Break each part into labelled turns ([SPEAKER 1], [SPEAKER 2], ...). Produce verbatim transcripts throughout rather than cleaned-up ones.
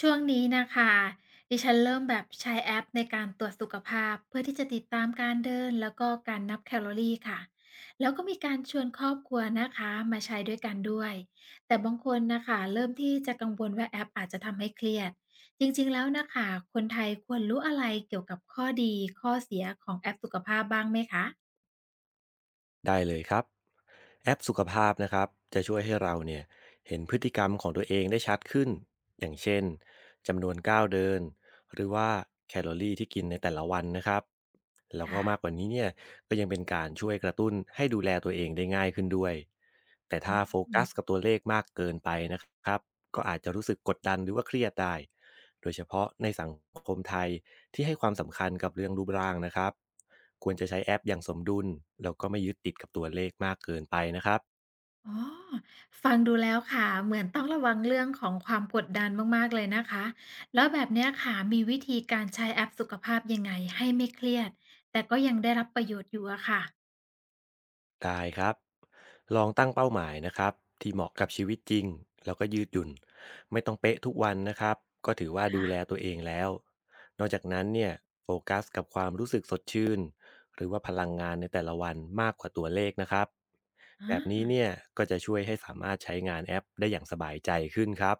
[SPEAKER 1] ช่วงนี้นะคะดิฉันเริ่มแบบใช้แอปในการตรวจสุขภาพเพื่อที่จะติดตามการเดินแล้วก็การนับแคลอรี่ค่ะแล้วก็มีการชวนครอบครัวนะคะมาใช้ด้วยกันด้วยแต่บางคนนะคะเริ่มที่จะกังวลว่าแอปอาจจะทำให้เครียดจริงๆแล้วนะคะคนไทยควรรู้อะไรเกี่ยวกับข้อดีข้อเสียของแอปสุขภาพบ้างไหมคะ
[SPEAKER 2] ได้เลยครับแอปสุขภาพนะครับจะช่วยให้เราเนี่ยเห็นพฤติกรรมของตัวเองได้ชัดขึ้นอย่างเช่นจำนวนก้าวเดินหรือว่าแคลอรี่ที่กินในแต่ละวันนะครับแล้วก็
[SPEAKER 1] ค่ะ
[SPEAKER 2] มากกว่านี้เนี่ยก็ยังเป็นการช่วยกระตุ้นให้ดูแลตัวเองได้ง่ายขึ้นด้วยแต่
[SPEAKER 1] อื
[SPEAKER 2] ถ้าโฟกัส
[SPEAKER 1] ม
[SPEAKER 2] กับตัวเลขมากเกินไปนะครับก็อาจจะรู้สึกกดดันหรือว่าเครียดได้โดยเฉพาะในสังคมไทยที่ให้ความสำคัญกับเรื่องรูปร่างนะครับ ควรจะใช้แอปอย่างสมดุลแล้วก็ไม่ยึดติดกับตัวเลขมากเกินไปนะครับ
[SPEAKER 1] อ๋อฟังดูแล้วค่ะเหมือนต้องระวังเรื่องของความกดดันมากๆเลยนะคะแล้วแบบเนี้ยค่ะมีวิธีการใช้แอปสุขภาพยังไงให้ไม่เครียดแต่ก็ยังได้รับประโยชน์อยู่อะค่ะ
[SPEAKER 2] ได้ครับลองตั้งเป้าหมายนะครับที่เหมาะกับชีวิตจริงแล้วก็ยืดหยุ่นไม่ต้องเป๊ะทุกวันนะครับก็ถือว่าดู
[SPEAKER 1] ค่ะ
[SPEAKER 2] แลตัวเองแล้วนอกจากนั้นเนี่ยโฟกัสกับความรู้สึกสดชื่นหรือว่าพลังงานในแต่ละวันมากกว่าตัวเลขนะครับแบ
[SPEAKER 1] อา
[SPEAKER 2] บนี้เนี่ยก็จะช่วยให้สามารถใช้งานแอปได้อย่างสบายใจขึ้นครับ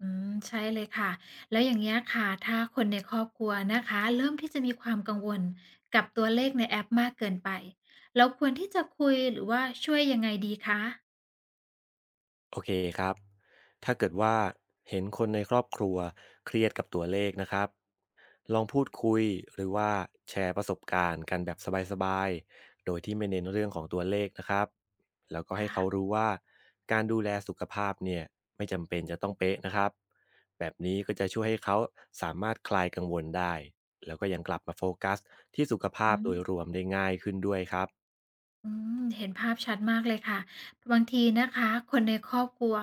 [SPEAKER 1] อืมใช่เลยค่ะแล้วอย่างเงี้ยค่ะถ้าคนในครอบครัวนะคะเริ่มที่จะมีความกังวลกับตัวเลขในแอปมากเกินไปเราควรที่จะคุยหรือว่าช่วยยังไงดีคะ
[SPEAKER 2] โอเคครับถ้าเกิดว่าเห็นคนในครอบครัวเครียดกับตัวเลขนะครับลองพูดคุยหรือว่าแชร์ประสบการณ์กันแบบสบายๆโดยที่ไม่เน้นเรื่องของตัวเลขนะครับแล้วก็ให้เขา
[SPEAKER 1] ค่ะ
[SPEAKER 2] รู้ว่าการดูแลสุขภาพเนี่ยไม่จำเป็นจะต้องเป๊ะนะครับแบบนี้ก็จะช่วยให้เขาสามารถคลายกังวลได้แล้วก็ยังกลับมาโฟกัสที่สุขภา
[SPEAKER 1] อื
[SPEAKER 2] พโด
[SPEAKER 1] ม
[SPEAKER 2] ยรวมได้ง่ายขึ้นด้วยครับ
[SPEAKER 1] อืมเห็นภาพชัดมากเลยค่ะบางทีนะคะคนในครอบครัว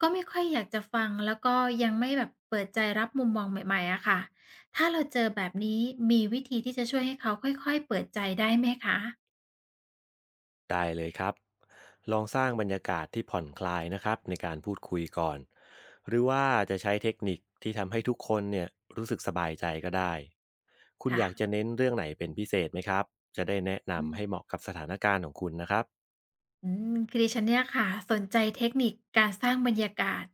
[SPEAKER 1] ก็ไม่ค่อยอยากจะฟังแล้วก็ยังไม่แบบเปิดใจรับมุมมองใหม่ๆอะค่ะถ้าเราเจอแบบนี้มีวิธีที่จะช่วยให้เขาค่อยๆเปิดใจได้ไหมคะ
[SPEAKER 2] ได้เลยครับลองสร้างบรรยากาศที่ผ่อนคลายนะครับในการพูดคุยก่อนหรือว่าจะใช้เทคนิคที่ทำให้ทุกคนเนี่ยรู้สึกสบายใจก็ได้คุณอ
[SPEAKER 1] ค่ะ
[SPEAKER 2] ยากจะเน้นเรื่องไหนเป็นพิเศษไหมครับจะได้แนะ
[SPEAKER 1] อื
[SPEAKER 2] นำให้เห
[SPEAKER 1] ม
[SPEAKER 2] มาะกับสถานการณ์ของคุณนะครับ
[SPEAKER 1] อืมคือดิฉันเนี่ยค่ะสนใจเทคนิคการสร้างบรรยากาศ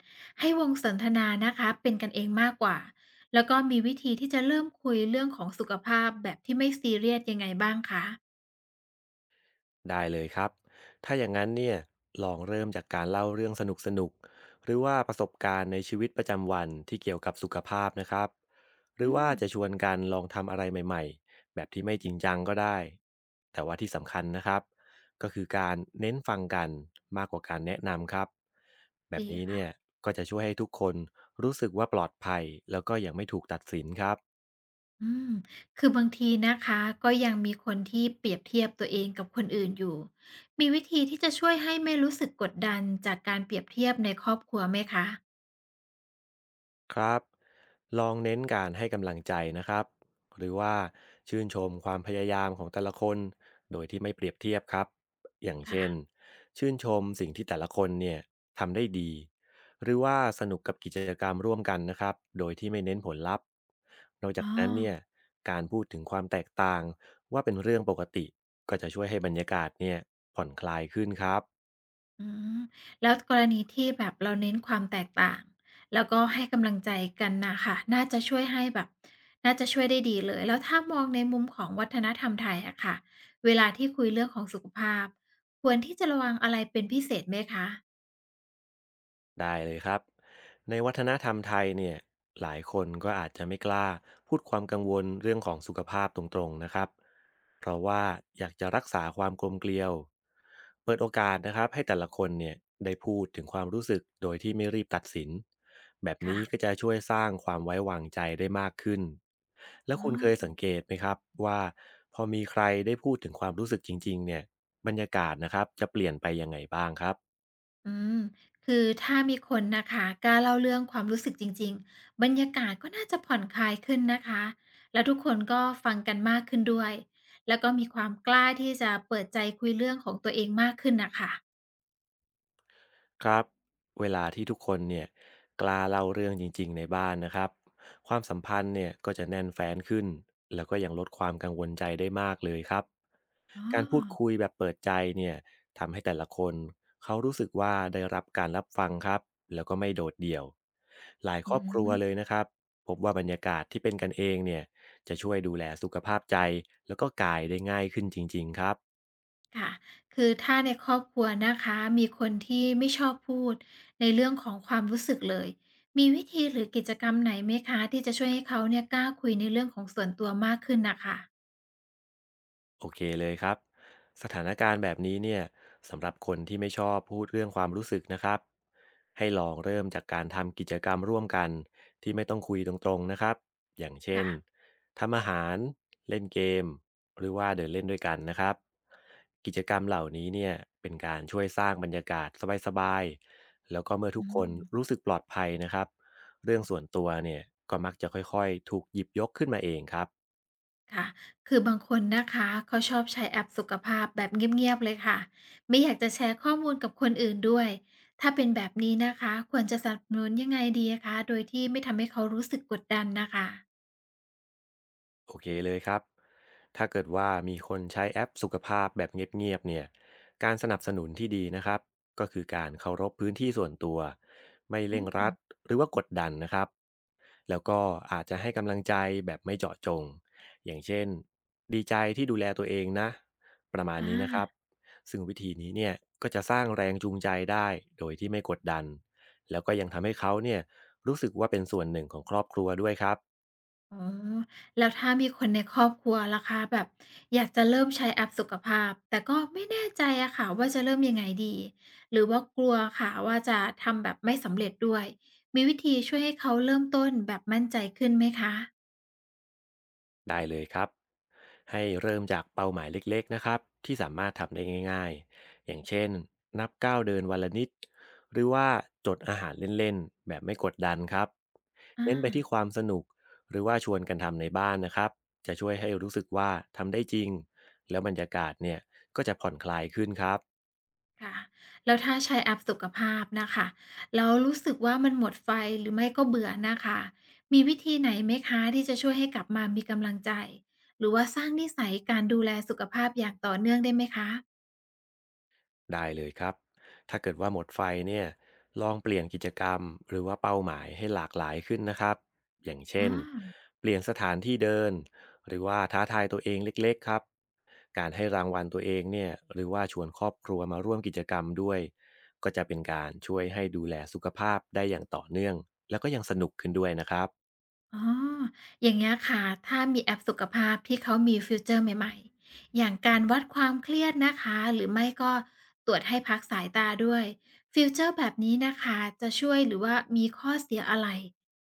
[SPEAKER 1] ให้วงสนทนานะคะเป็นกันเองมากกว่าแล้วก็มีวิธีที่จะเริ่มคุยเรื่องของสุขภาพแบบที่ไม่ซีเรียสยังไงบ้างคะ
[SPEAKER 2] ได้เลยครับถ้าอย่างนั้นเนี่ยลองเริ่มจากการเล่าเรื่องสนุกสนุกหรือว่าประสบการณ์ในชีวิตประจำวันที่เกี่ยวกับสุขภาพนะครับหรื
[SPEAKER 1] อื
[SPEAKER 2] อว่า
[SPEAKER 1] ม
[SPEAKER 2] จะชวนกันลองทำอะไรใหม่ๆแบบที่ไม่จริงจังก็ได้แต่ว่าที่สำคัญนะครับก็คือการเน้นฟังกันมากกว่าการแนะนำครับแบบ
[SPEAKER 1] ดี
[SPEAKER 2] นี้
[SPEAKER 1] ค่ะ
[SPEAKER 2] เนี่ยก็จะช่วยให้ทุกคนรู้สึกว่าปลอดภัยแล้วก็ยังไม่ถูกตัดสินครับ
[SPEAKER 1] อืมคือบางทีนะคะก็ยังมีคนที่เปรียบเทียบตัวเองกับคนอื่นอยู่มีวิธีที่จะช่วยให้ไม่รู้สึกกดดันจากการเปรียบเทียบในครอบครัวไหมคะ
[SPEAKER 2] ครับลองเน้นการให้กำลังใจนะครับหรือว่าชื่นชมความพยายามของแต่ละคนโดยที่ไม่เปรียบเทียบครับอย่างเช่น
[SPEAKER 1] ค่ะ
[SPEAKER 2] ชื่นชมสิ่งที่แต่ละคนเนี่ยทำได้ดีหรือว่าสนุกกับกิจกรรมร่วมกันนะครับโดยที่ไม่เน้นผลลัพธ์นอกจาก
[SPEAKER 1] อ๋อ
[SPEAKER 2] นั้นเนี่ยการพูดถึงความแตกต่างว่าเป็นเรื่องปกติก็จะช่วยให้บรรยากาศเนี่ยผ่อนคลายขึ้นครับ
[SPEAKER 1] อืมแล้วกรณีที่แบบเราเน้นความแตกต่างแล้วก็ให้กำลังใจกันน่ะค่ะน่าจะช่วยให้แบบน่าจะช่วยได้ดีเลยแล้วถ้ามองในมุมของวัฒนธรรมไทยอะค่ะเวลาที่คุยเรื่องของสุขภาพควรที่จะระวังอะไรเป็นพิเศษไหมคะ
[SPEAKER 2] ได้เลยครับในวัฒนธรรมไทยเนี่ยหลายคนก็อาจจะไม่กล้าพูดความกังวลเรื่องของสุขภาพตรงๆนะครับเพราะว่าอยากจะรักษาความกลมเกลียวเปิดโอกาสนะครับให้แต่ละคนเนี่ยได้พูดถึงความรู้สึกโดยที่ไม่รีบตัดสินแบบนี้ก็
[SPEAKER 1] ค่ะ
[SPEAKER 2] จะช่วยสร้างความไว้วางใจได้มากขึ้นแล้ว
[SPEAKER 1] อ๋อ
[SPEAKER 2] คุณเคยสังเกตไหมครับว่าพอมีใครได้พูดถึงความรู้สึกจริงๆเนี่ยบรรยากาศนะครับจะเปลี่ยนไปยังไงบ้างครับ
[SPEAKER 1] อืมคือถ้ามีคนนะคะกล้าเล่าเรื่องความรู้สึกจริงๆบรรยากาศก็น่าจะผ่อนคลายขึ้นนะคะแล้วทุกคนก็ฟังกันมากขึ้นด้วยแล้วก็มีความกล้าที่จะเปิดใจคุยเรื่องของตัวเองมากขึ้นนะคะ
[SPEAKER 2] ครับเวลาที่ทุกคนเนี่ยกล้าเล่าเรื่องจริงๆในบ้านนะครับความสัมพันธ์เนี่ยก็จะแน่นแฟ้นขึ้นแล้วก็ยังลดความกังวลใจได้มากเลยครับ
[SPEAKER 1] อ๋อ
[SPEAKER 2] การพูดคุยแบบเปิดใจเนี่ยทำให้แต่ละคนเขารู้สึกว่าได้รับการรับฟังครับแล้วก็ไม่โดดเดี่ยวหลายค
[SPEAKER 1] อื
[SPEAKER 2] รอบครัวเลย
[SPEAKER 1] ม
[SPEAKER 2] นะครับพบว่าบรรยากาศที่เป็นกันเองเนี่ยจะช่วยดูแลสุขภาพใจแล้วก็กายได้ง่ายขึ้นจริงๆครับ
[SPEAKER 1] ค่ะคือถ้าในครอบครัวนะคะมีคนที่ไม่ชอบพูดในเรื่องของความรู้สึกเลยมีวิธีหรือกิจกรรมไหนไหมคะที่จะช่วยให้เขาเนี่ยกล้าคุยในเรื่องของส่วนตัวมากขึ้นนะคะ
[SPEAKER 2] โอเคเลยครับสถานการณ์แบบนี้เนี่ยสำหรับคนที่ไม่ชอบพูดเรื่องความรู้สึกนะครับให้ลองเริ่มจากการทำกิจกรรมร่วมกันที่ไม่ต้องคุยตรงๆนะครับอย่างเช่
[SPEAKER 1] ค่ะ
[SPEAKER 2] นทำอาหารเล่นเกมหรือว่าเดินเล่นด้วยกันนะครับกิจกรรมเหล่านี้เนี่ยเป็นการช่วยสร้างบรรยากาศสบายๆแล้วก็เมื่อทุ
[SPEAKER 1] อื
[SPEAKER 2] กคน
[SPEAKER 1] ม
[SPEAKER 2] รู้สึกปลอดภัยนะครับเรื่องส่วนตัวเนี่ยก็มักจะค่อยๆถูกหยิบยกขึ้นมาเองครับ
[SPEAKER 1] ค่ะคือบางคนนะคะเขาชอบใช้แอปสุขภาพแบบเงียบๆเลยค่ะไม่อยากจะแชร์ข้อมูลกับคนอื่นด้วยถ้าเป็นแบบนี้นะคะควรจะสนับสนุนยังไงดีอะคะโดยที่ไม่ทำให้เขารู้สึกกดดันน่ะค่ะ
[SPEAKER 2] โอเคเลยครับ ถ้าเกิดว่ามีคนใช้แอปสุขภาพแบบเงียบๆเนี่ยการสนับสนุนที่ดีนะครับก็คือการเคารพพื้นที่ส่วนตัวไม่
[SPEAKER 1] อื
[SPEAKER 2] เร่งรั
[SPEAKER 1] ม
[SPEAKER 2] ดหรือว่ากดดันนะครับแล้วก็อาจจะให้กำลังใจแบบไม่เจาะจง อย่างเช่นดีใจที่ดูแลตัวเองนะประมาณ
[SPEAKER 1] อา
[SPEAKER 2] นี้นะครับซึ่งวิธีนี้เนี่ยก็จะสร้างแรงจูงใจได้โดยที่ไม่กดดันแล้วก็ยังทำให้เขาเนี่ยรู้สึกว่าเป็นส่วนหนึ่งของครอบครัวด้วยครับ
[SPEAKER 1] อ๋อแล้วถ้ามีคนในครอบครัวล่ะคะแบบอยากจะเริ่มใช้แอปสุขภาพแต่ก็ไม่แน่ใจอะค่ะว่าจะเริ่มยังไงดีหรือว่ากลัวค่ะว่าจะทำแบบไม่สำเร็จด้วยมีวิธีช่วยให้เขาเริ่มต้นแบบมั่นใจขึ้นไหมคะ
[SPEAKER 2] ได้เลยครับให้เริ่มจากเป้าหมายเล็กๆนะครับที่สามารถทำได้ง่ายๆอย่างเช่นนับก้าวเดินวันละนิดหรือว่าจดอาหารเล่นๆแบบไม่กดดันครับ
[SPEAKER 1] อา
[SPEAKER 2] เน้นไปที่ความสนุกหรือว่าชวนกันทำในบ้านนะครับจะช่วยให้รู้สึกว่าทำได้จริงแล้วบรรยากาศเนี่ยก็จะผ่อนคลายขึ้นครับ
[SPEAKER 1] ค่ะแล้วถ้าใช้แอปสุขภาพนะคะแล้วรู้สึกว่ามันหมดไฟหรือไม่ก็เบื่อนะคะมีวิธีไหนไหมคะที่จะช่วยให้กลับมามีกำลังใจหรือว่าสร้างนิสัยการดูแลสุขภาพอย่างต่อเนื่องได้ไหมคะ
[SPEAKER 2] ได้เลยครับถ้าเกิดว่าหมดไฟเนี่ยลองเปลี่ยนกิจกรรมหรือว่าเป้าหมายให้หลากหลายขึ้นนะครับ อย่างเช่น
[SPEAKER 1] ออ
[SPEAKER 2] เปลี่ยนสถานที่เดินหรือว่าท้าทายตัวเองเล็กๆครับการให้รางวัลตัวเองเนี่ยหรือว่าชวนครอบครัวมาร่วมกิจกรรมด้วยก็จะเป็นการช่วยให้ดูแลสุขภาพได้อย่างต่อเนื่อง แล้วก็ยังสนุกขึ้นด้วยนะครับ
[SPEAKER 1] อ๋ออย่างเงี้ยค่ะ ถ้ามีแอปสุขภาพที่เขามีฟีเจอร์ใหม่ๆ อย่างการวัดความเครียดนะคะ หรือไม่ก็ตรวจให้พักสายตาด้วยฟีเจอร์แบบนี้นะคะ จะช่วยหรือว่ามีข้อเสียอะไร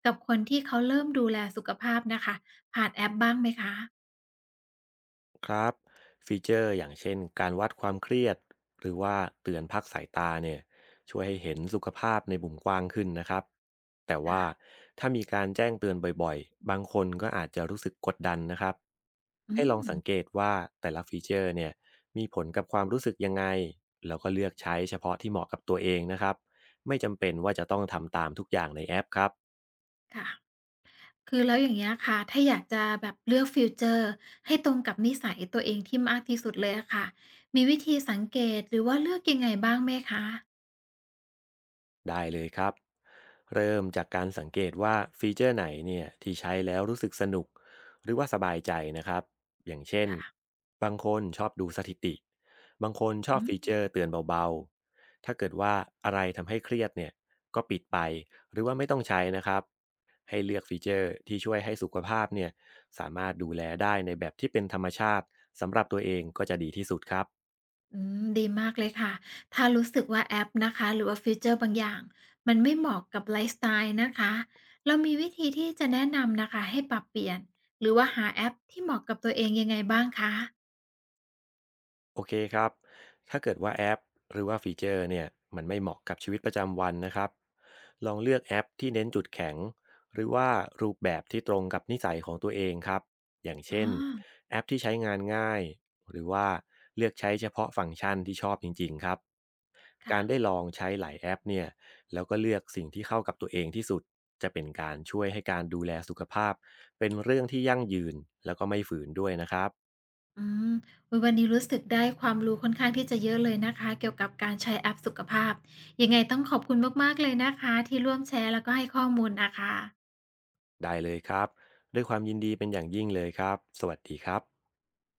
[SPEAKER 1] กับคนที่เขาเริ่มดูแลสุขภาพนะคะ ผ่านแอปบ้างไหมคะ
[SPEAKER 2] ครับฟีเจอร์อย่างเช่นการวัดความเครียดหรือว่าเตือนพักสายตาเนี่ยช่วยให้เห็นสุขภาพในมุมกว้างขึ้นนะครับแต่
[SPEAKER 1] ค่ะ
[SPEAKER 2] ว่าถ้ามีการแจ้งเตือนบ่อยๆบางคนก็อาจจะรู้สึกกดดันนะครับ
[SPEAKER 1] อื
[SPEAKER 2] ให้ลอง
[SPEAKER 1] ม
[SPEAKER 2] สังเกตว่าแต่ละฟีเจอร์เนี่ยมีผลกับความรู้สึกยังไงแล้วก็เลือกใช้เฉพาะที่เหมาะกับตัวเองนะครับไม่จำเป็นว่าจะต้องทำตามทุกอย่างในแอปครับ
[SPEAKER 1] ค่ะ คือแล้วอย่างเงี้ยค่ะถ้าอยากจะแบบเลือกฟีเจอร์ให้ตรงกับนิสัยตัวเองที่มากที่สุดเลยอะค่ะมีวิธีสังเกตหรือว่าเลือกยังไงบ้างไหมคะ
[SPEAKER 2] ได้เลยครับเริ่มจากการสังเกตว่าฟีเจอร์ไหนเนี่ยที่ใช้แล้วรู้สึกสนุกหรือว่าสบายใจนะครับอย่างเช่น
[SPEAKER 1] ค่ะ
[SPEAKER 2] บางคนชอบดูสถิติบางคนชอ
[SPEAKER 1] อื
[SPEAKER 2] บฟีเจ
[SPEAKER 1] ม
[SPEAKER 2] อร์เตือนเบาๆถ้าเกิดว่าอะไรทำให้เครียดเนี่ยก็ปิดไปหรือว่าไม่ต้องใช้นะครับให้เลือกฟีเจอร์ที่ช่วยให้สุขภาพเนี่ยสามารถดูแลได้ในแบบที่เป็นธรรมชาติสำหรับตัวเองก็จะดีที่สุดครับ
[SPEAKER 1] อืมดีมากเลยค่ะ ถ้ารู้สึกว่าแอปนะคะหรือว่าฟีเจอร์บางอย่างมันไม่เหมาะกับไลฟ์สไตล์นะคะ เรามีวิธีที่จะแนะนำนะคะให้ปรับเปลี่ยนหรือว่าหาแอปที่เหมาะกับตัวเองยังไงบ้างคะ
[SPEAKER 2] โอเคครับ ถ้าเกิดว่าแอปหรือว่าฟีเจอร์เนี่ยมันไม่เหมาะกับชีวิตประจำวันนะครับลองเลือกแอปที่เน้นจุดแข็งหรือว่ารูปแบบที่ตรงกับนิสัยของตัวเองครับอย่าง
[SPEAKER 1] อ๋
[SPEAKER 2] เช่น
[SPEAKER 1] อ
[SPEAKER 2] แอปที่ใช้งานง่ายหรือว่าเลือกใช้เฉพาะฟังก์ชันที่ชอบจริงๆครับการได้
[SPEAKER 1] ค่ะ
[SPEAKER 2] ลองใช้หลายแอปเนี่ยแล้วก็เลือกสิ่งที่เข้ากับตัวเองที่สุดจะเป็นการช่วยให้การดูแลสุขภาพเป็นเรื่องที่ยั่งยืนแล้วก็ไม่ฝืนด้วยนะครับ
[SPEAKER 1] อืมอุ๊ยวันนี้รู้สึกได้ความรู้ค่อนข้างที่จะเยอะเลยนะคะเกี่ยวกับการใช้แอปสุขภาพยังไงต้องขอบคุณมากๆเลยนะคะที่ร่วมแชร์แล้วก็ให้ข้อมูลนะคะ
[SPEAKER 2] ได้เลยครับด้วยความยินดีเป็นอย่างยิ่งเลยครับสวัสดีครับ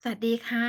[SPEAKER 1] สวัสดีค่ะ